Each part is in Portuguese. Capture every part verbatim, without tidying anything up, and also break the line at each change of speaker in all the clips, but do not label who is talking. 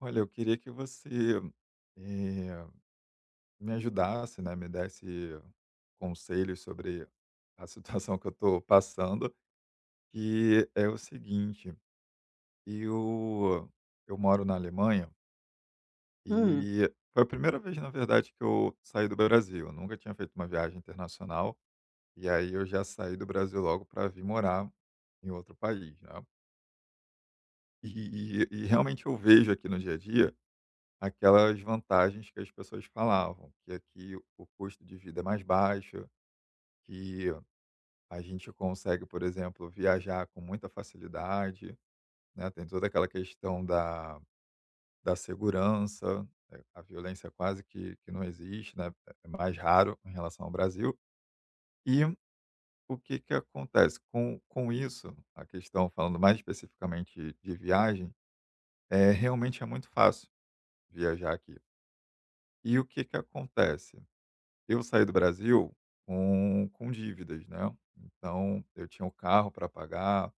Olha, eu queria que você, eh, me ajudasse, né, me desse conselhos sobre a situação que eu estou passando, que é o seguinte. Eu eu moro na Alemanha
Hum.
e foi a primeira vez, na verdade, que eu saí do Brasil, eu nunca tinha feito uma viagem internacional, e aí eu já saí do Brasil logo para vir morar em outro país, né. E e e realmente eu vejo aqui no dia a dia aquelas vantagens que as pessoas falavam, que aqui o custo de vida é mais baixo, que a gente consegue, por exemplo, viajar com muita facilidade, né? Tem toda aquela questão da, da segurança. Eh, a violência quase que, que não existe, né? É é mais raro em relação ao Brasil. E o que, que acontece? Com, com isso, a questão, falando mais especificamente de viagem, é realmente é muito fácil viajar aqui. E o que, que acontece? Eu saí do Brasil com com dívidas, né, então eu tinha o carro para pagar,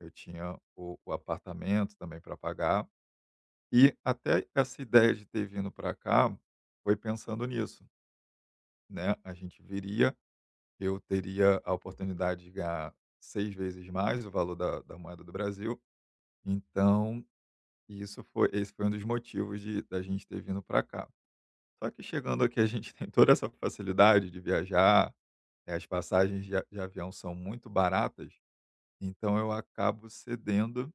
eu tinha o o apartamento também para pagar, e até essa ideia de ter vindo para cá foi pensando nisso, né, a gente viria, eu teria a oportunidade de ganhar seis vezes mais o valor da da moeda do Brasil, então isso foi esse foi um dos motivos de da gente ter vindo para cá. Só que chegando aqui a gente tem toda essa facilidade de viajar. É, as passagens de a de avião são muito baratas, então eu acabo cedendo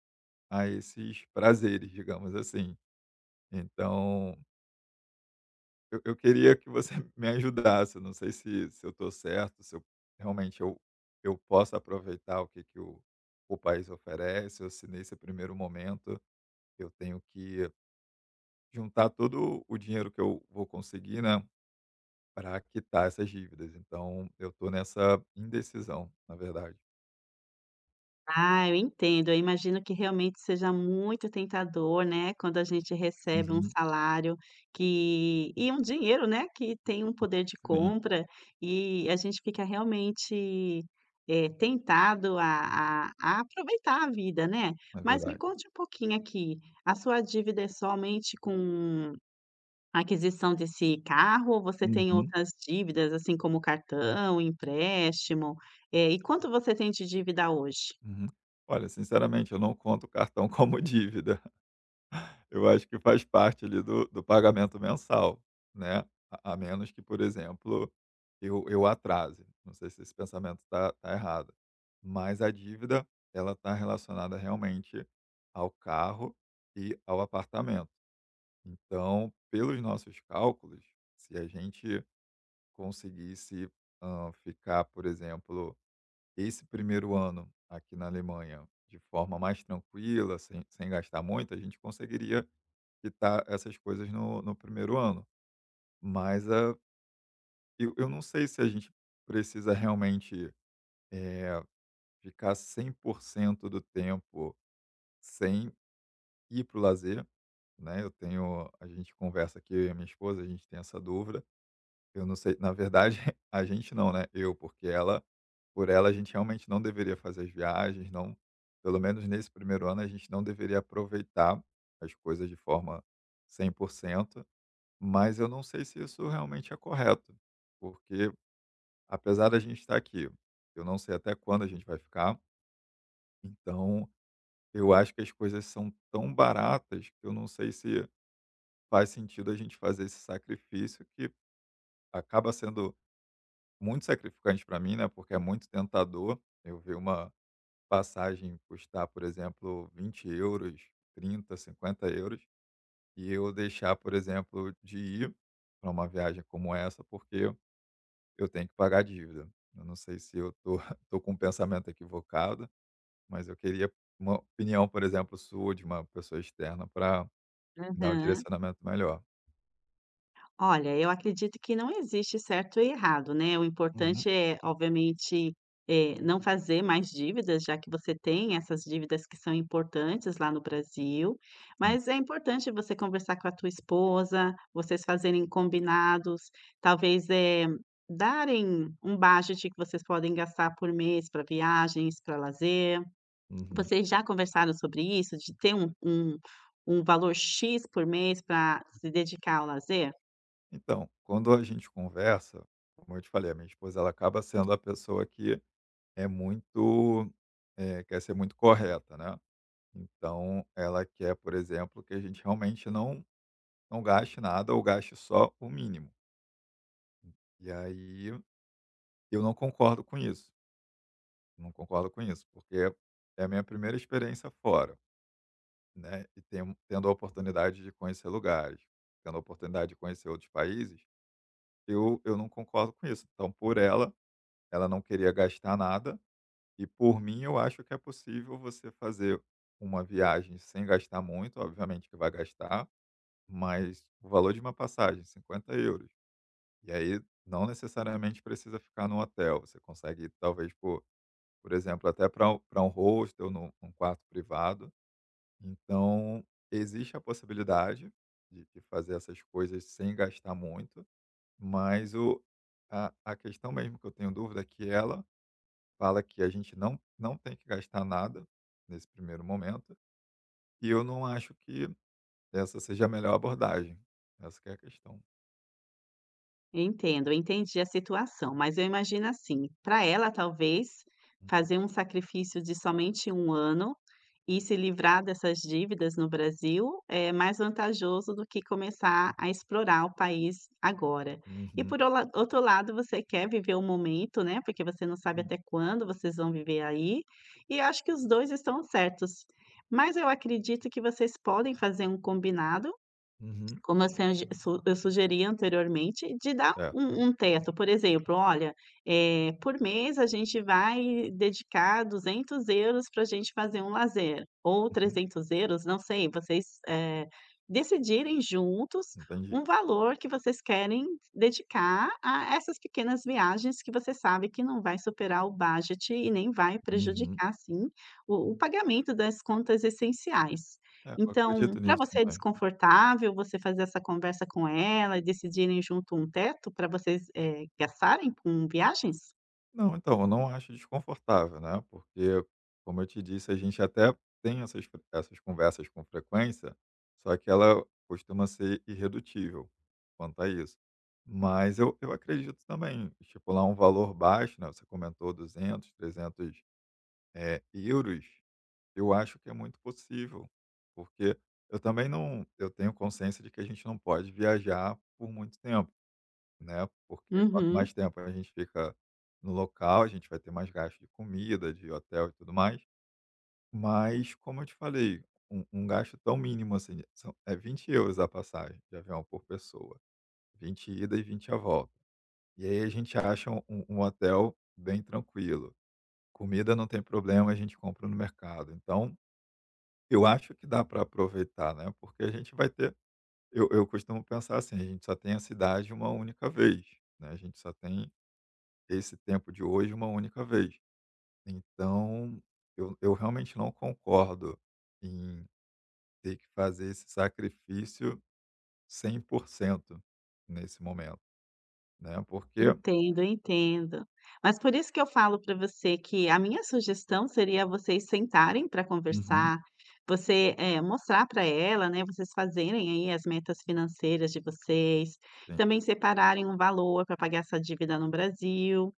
a esses prazeres, digamos assim. Então, eu eu queria que você me ajudasse, eu não sei se se eu estou certo, se eu realmente eu eu posso aproveitar o que que o o país oferece, ou se nesse primeiro momento eu tenho que juntar todo o dinheiro que eu vou conseguir, né, para quitar essas dívidas. Então eu estou nessa indecisão, na verdade.
Ah, eu entendo. Eu imagino que realmente seja muito tentador, né, quando a gente recebe um
Uhum.
salário que e um dinheiro, né, que tem um poder de
Sim.
compra e a gente fica realmente, eh, tentado a a a aproveitar a vida, né.
É
Mas me
verdade.
conte um pouquinho aqui, a sua dívida é somente com a aquisição desse carro ou você tem
Uhum,
outras dívidas, assim como cartão, empréstimo? Eh, e quanto você tem de dívida hoje?
uhum. Olha, sinceramente, eu não conto o cartão como dívida. Eu acho que faz parte ali do do pagamento mensal, né, a a menos que, por exemplo, eu eu atrase. Não sei se esse pensamento está tá tá errado, mas a dívida, ela está relacionada realmente ao carro e ao apartamento. Então, pelos nossos cálculos, se a gente conseguisse, hã, ficar, por exemplo, esse primeiro ano aqui na Alemanha, de forma mais tranquila, sem, sem gastar muito, a gente conseguiria quitar essas coisas no, no primeiro ano. Mas ah, eu, eu não sei se a gente precisa realmente eh, ficar cem por cento do tempo sem ir para o lazer. Né? Eu tenho, a gente conversa aqui, eu e a minha esposa, a gente tem essa dúvida. Eu não sei, na verdade, a gente não, né, eu, porque ela por ela a gente realmente não deveria fazer as viagens, não pelo menos nesse primeiro ano a gente não deveria aproveitar as coisas de forma cem por cento. Mas eu não sei se isso realmente é correto, porque apesar da gente estar aqui, eu não sei até quando a gente vai ficar, então eu acho que as coisas são tão baratas que eu não sei se faz sentido a gente fazer esse sacrifício que acaba sendo muito sacrificante para mim, né, porque é muito tentador eu ver uma passagem custar, por exemplo, vinte euros, trinta, cinquenta euros, e eu deixar, por exemplo, de ir para uma viagem como essa, porque eu tenho que pagar a dívida. Eu não sei se eu tô tô com um pensamento equivocado, mas eu queria uma opinião, por exemplo, sua, de uma pessoa externa, para dar um
Aham.
direcionamento melhor.
Olha, eu acredito que não existe certo e errado, né, o
Uhum,
importante é, obviamente, eh, não fazer mais dívidas, já que você tem essas dívidas que são importantes lá no Brasil,
sim.
mas é importante você conversar com a tua esposa, vocês fazerem combinados, talvez, eh, darem um budget que vocês podem gastar por mês para viagens, para lazer.
Uhum.
Vocês já conversaram sobre isso, de ter um um um valor X por mês para se dedicar ao lazer?
Então, quando a gente conversa, como eu te falei, a minha esposa ela acaba sendo a pessoa que é muito, eh, quer ser muito correta, né? Então, ela quer, por exemplo, que a gente realmente não não gaste nada ou gaste só o mínimo. E aí eu não concordo com isso. Não concordo com isso, porque é a minha primeira experiência fora, né? E tem, tendo a oportunidade de conhecer lugares, tendo a oportunidade de conhecer outros países, eu, eu não concordo com isso. Então, por ela, ela não queria gastar nada, e, por mim, eu acho que é possível você fazer uma viagem sem gastar muito, obviamente que vai gastar, mas o valor de uma passagem, cinquenta euros. E aí não necessariamente precisa ficar no hotel. Você consegue ir, talvez, por, por exemplo, até para um um hostel, num, num quarto privado. Então, existe a possibilidade de, de fazer essas coisas sem gastar muito, mas o, a, a questão mesmo que eu tenho dúvida é que ela fala que a gente não, não tem que gastar nada nesse primeiro momento, e eu não acho que essa seja a melhor abordagem. Essa que é a questão.
Entendo, eu entendi a situação, mas eu imagino assim, para ela talvez fazer um sacrifício de somente um ano e se livrar dessas dívidas no Brasil é mais vantajoso do que começar a explorar o país agora. E
Uhum.
por ola outro lado, você quer viver o momento, né, porque você não sabe
Hum.
até quando vocês vão viver aí, e eu acho que os dois estão certos. Mas eu acredito que vocês podem fazer um combinado
Uhum.
como eu senge su eu sugeri anteriormente, de dar
É.
um um teto, por exemplo: "Olha, eh, por mês a gente vai dedicar duzentos para a gente fazer um lazer, ou
Uhum.
trezentos euros", não sei, vocês, eh, decidirem juntos
Entendi.
um valor que vocês querem dedicar a essas pequenas viagens que você sabe que não vai superar o budget e nem vai
Uhum.
prejudicar, assim, o o pagamento das contas essenciais.
É, eu
Então,
acredito
para
nisso
você é
também.
desconfortável você fazer essa conversa com ela e decidirem junto um teto para vocês, eh, gastarem com viagens?
Não, então, eu não acho desconfortável, né, porque, como eu te disse, a gente até tem essas fre essas conversas com frequência, só que ela costuma ser irredutível quanto a isso. Mas eu eu acredito também, estipular um valor baixo, né, você comentou duzentos, trezentos eh, euros, eu acho que é muito possível, porque eu também não eu tenho consciência de que a gente não pode viajar por muito tempo. Né, porque quanto
Uhum.
mais tempo a gente fica no local, a gente vai ter mais gasto de comida, de hotel e tudo mais. Mas, como eu te falei, um um gasto tão mínimo assim, são é vinte euros a passagem de avião por pessoa, vinte ida e vinte a volta. E aí a gente acha um um um hotel bem tranquilo. Comida não tem problema, a gente compra no mercado. Então, eu acho que dá para aproveitar, né, porque a gente vai ter. Eu eu costumo pensar assim, a gente só tem a cidade uma única vez, né, a gente só tem esse tempo de hoje uma única vez. Então, eu, eu realmente não concordo em ter que fazer esse sacrifício cem por cento nesse momento, né? Porque,
Entendo, entendo. Mas por isso que eu falo para você que a minha sugestão seria vocês sentarem para
Uhum.
conversar, você, eh, mostrar para ela, né, vocês fazerem aí as metas financeiras de vocês,
Sim,
também separarem um valor para pagar essa dívida no Brasil.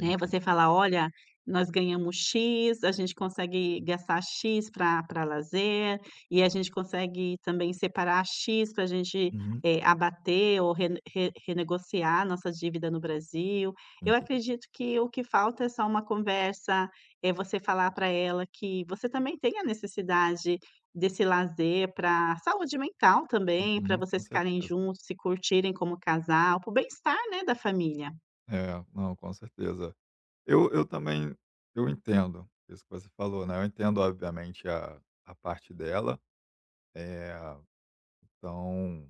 Né, você falar: "Olha, nós ganhamos X, a gente consegue gastar X para para lazer, e a gente consegue também separar X para a gente,
Uhum,
eh, abater ou rene re renegociar nossa dívida no Brasil". Eu
entendi.
acredito que o que falta é só uma conversa, é você falar para ela que você também tem a necessidade desse lazer para saúde mental também, para
Uhum, com
vocês ficarem
certeza.
juntos, se curtirem como casal, para o bem-estar, né, da família.
É, não, com certeza. Eu, eu também, eu entendo isso que você falou, né? Eu entendo, obviamente, a, a parte dela. É, então,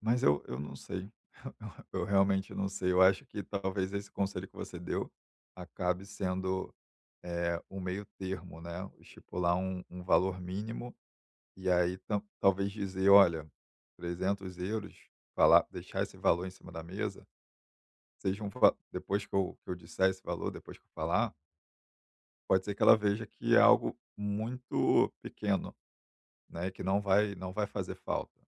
mas eu eu não sei. Eu realmente não sei. Eu acho que talvez esse conselho que você deu acabe sendo, eh, um meio termo, né, estipular um um valor mínimo e aí tam talvez dizer: "Olha, trezentos euros", falar, deixar esse valor em cima da mesa. Seja um va depois que eu que eu disser esse valor, depois que eu falar, pode ser que ela veja que é algo muito pequeno, né, que não vai não vai fazer falta.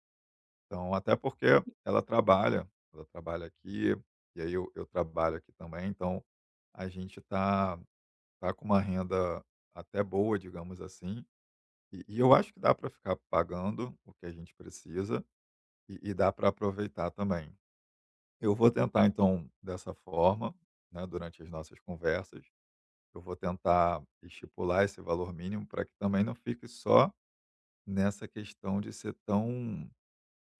Então, até porque ela trabalha, ela trabalha aqui, e aí eu, eu trabalho aqui também, então a gente tá, tá com uma renda até boa, digamos assim, e, e eu acho que dá para ficar pagando o que a gente precisa e, e dá para aproveitar também. Eu vou tentar, então, dessa forma, né, durante as nossas conversas, eu vou tentar estipular esse valor mínimo para que também não fique só nessa questão de ser tão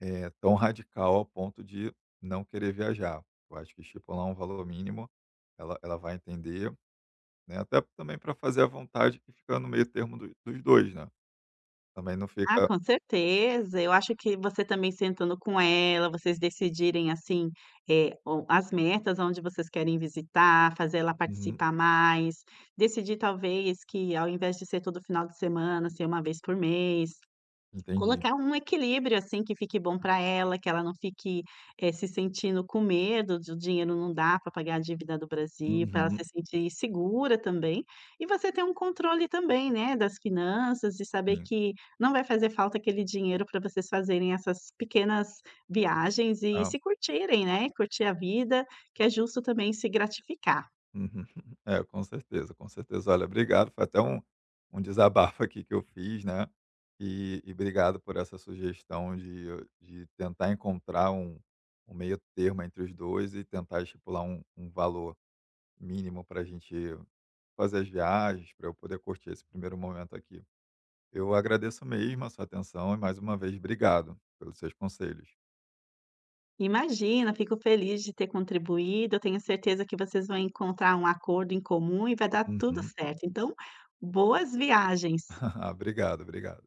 É, tão radical ao ponto de não querer viajar. Eu acho que estipular um valor mínimo, ela, ela vai entender, né? Até também para fazer a vontade que fica no meio termo do- dos dois, né? Também não
Ah,
fica.
com certeza. Eu acho que você também sentando com ela, vocês decidirem, assim, eh, o as metas, onde vocês querem visitar, fazer ela
Uhum,
participar mais, decidir talvez que ao invés de ser todo final de semana, ser uma vez por mês,
entendi.
colocar um equilíbrio, assim, que fique bom para ela, que ela não fique, eh, se sentindo com medo de o dinheiro não dar para pagar a dívida do Brasil, para ela se
Uhum,
sentir segura também, e você ter um controle também, né, das finanças, e saber
sim.
que não vai fazer falta aquele dinheiro para vocês fazerem essas pequenas viagens
Ah,
e
uhum.
se curtirem, né, curtir a vida, que é justo também se gratificar.
É, com certeza, com certeza. Olha, obrigado. Foi até um, um desabafo aqui que eu fiz, né? E, e obrigado por essa sugestão de, de tentar encontrar um, um meio termo entre os dois e tentar estipular um, um valor mínimo para a gente fazer as viagens, para eu poder curtir esse primeiro momento aqui. Eu agradeço mesmo a sua atenção e mais uma vez obrigado pelos seus conselhos.
Imagina, fico feliz de ter contribuído. Eu tenho certeza que vocês vão encontrar um acordo em comum e vai dar tudo
Uhum.
certo. Então, boas viagens.
Obrigado, obrigado.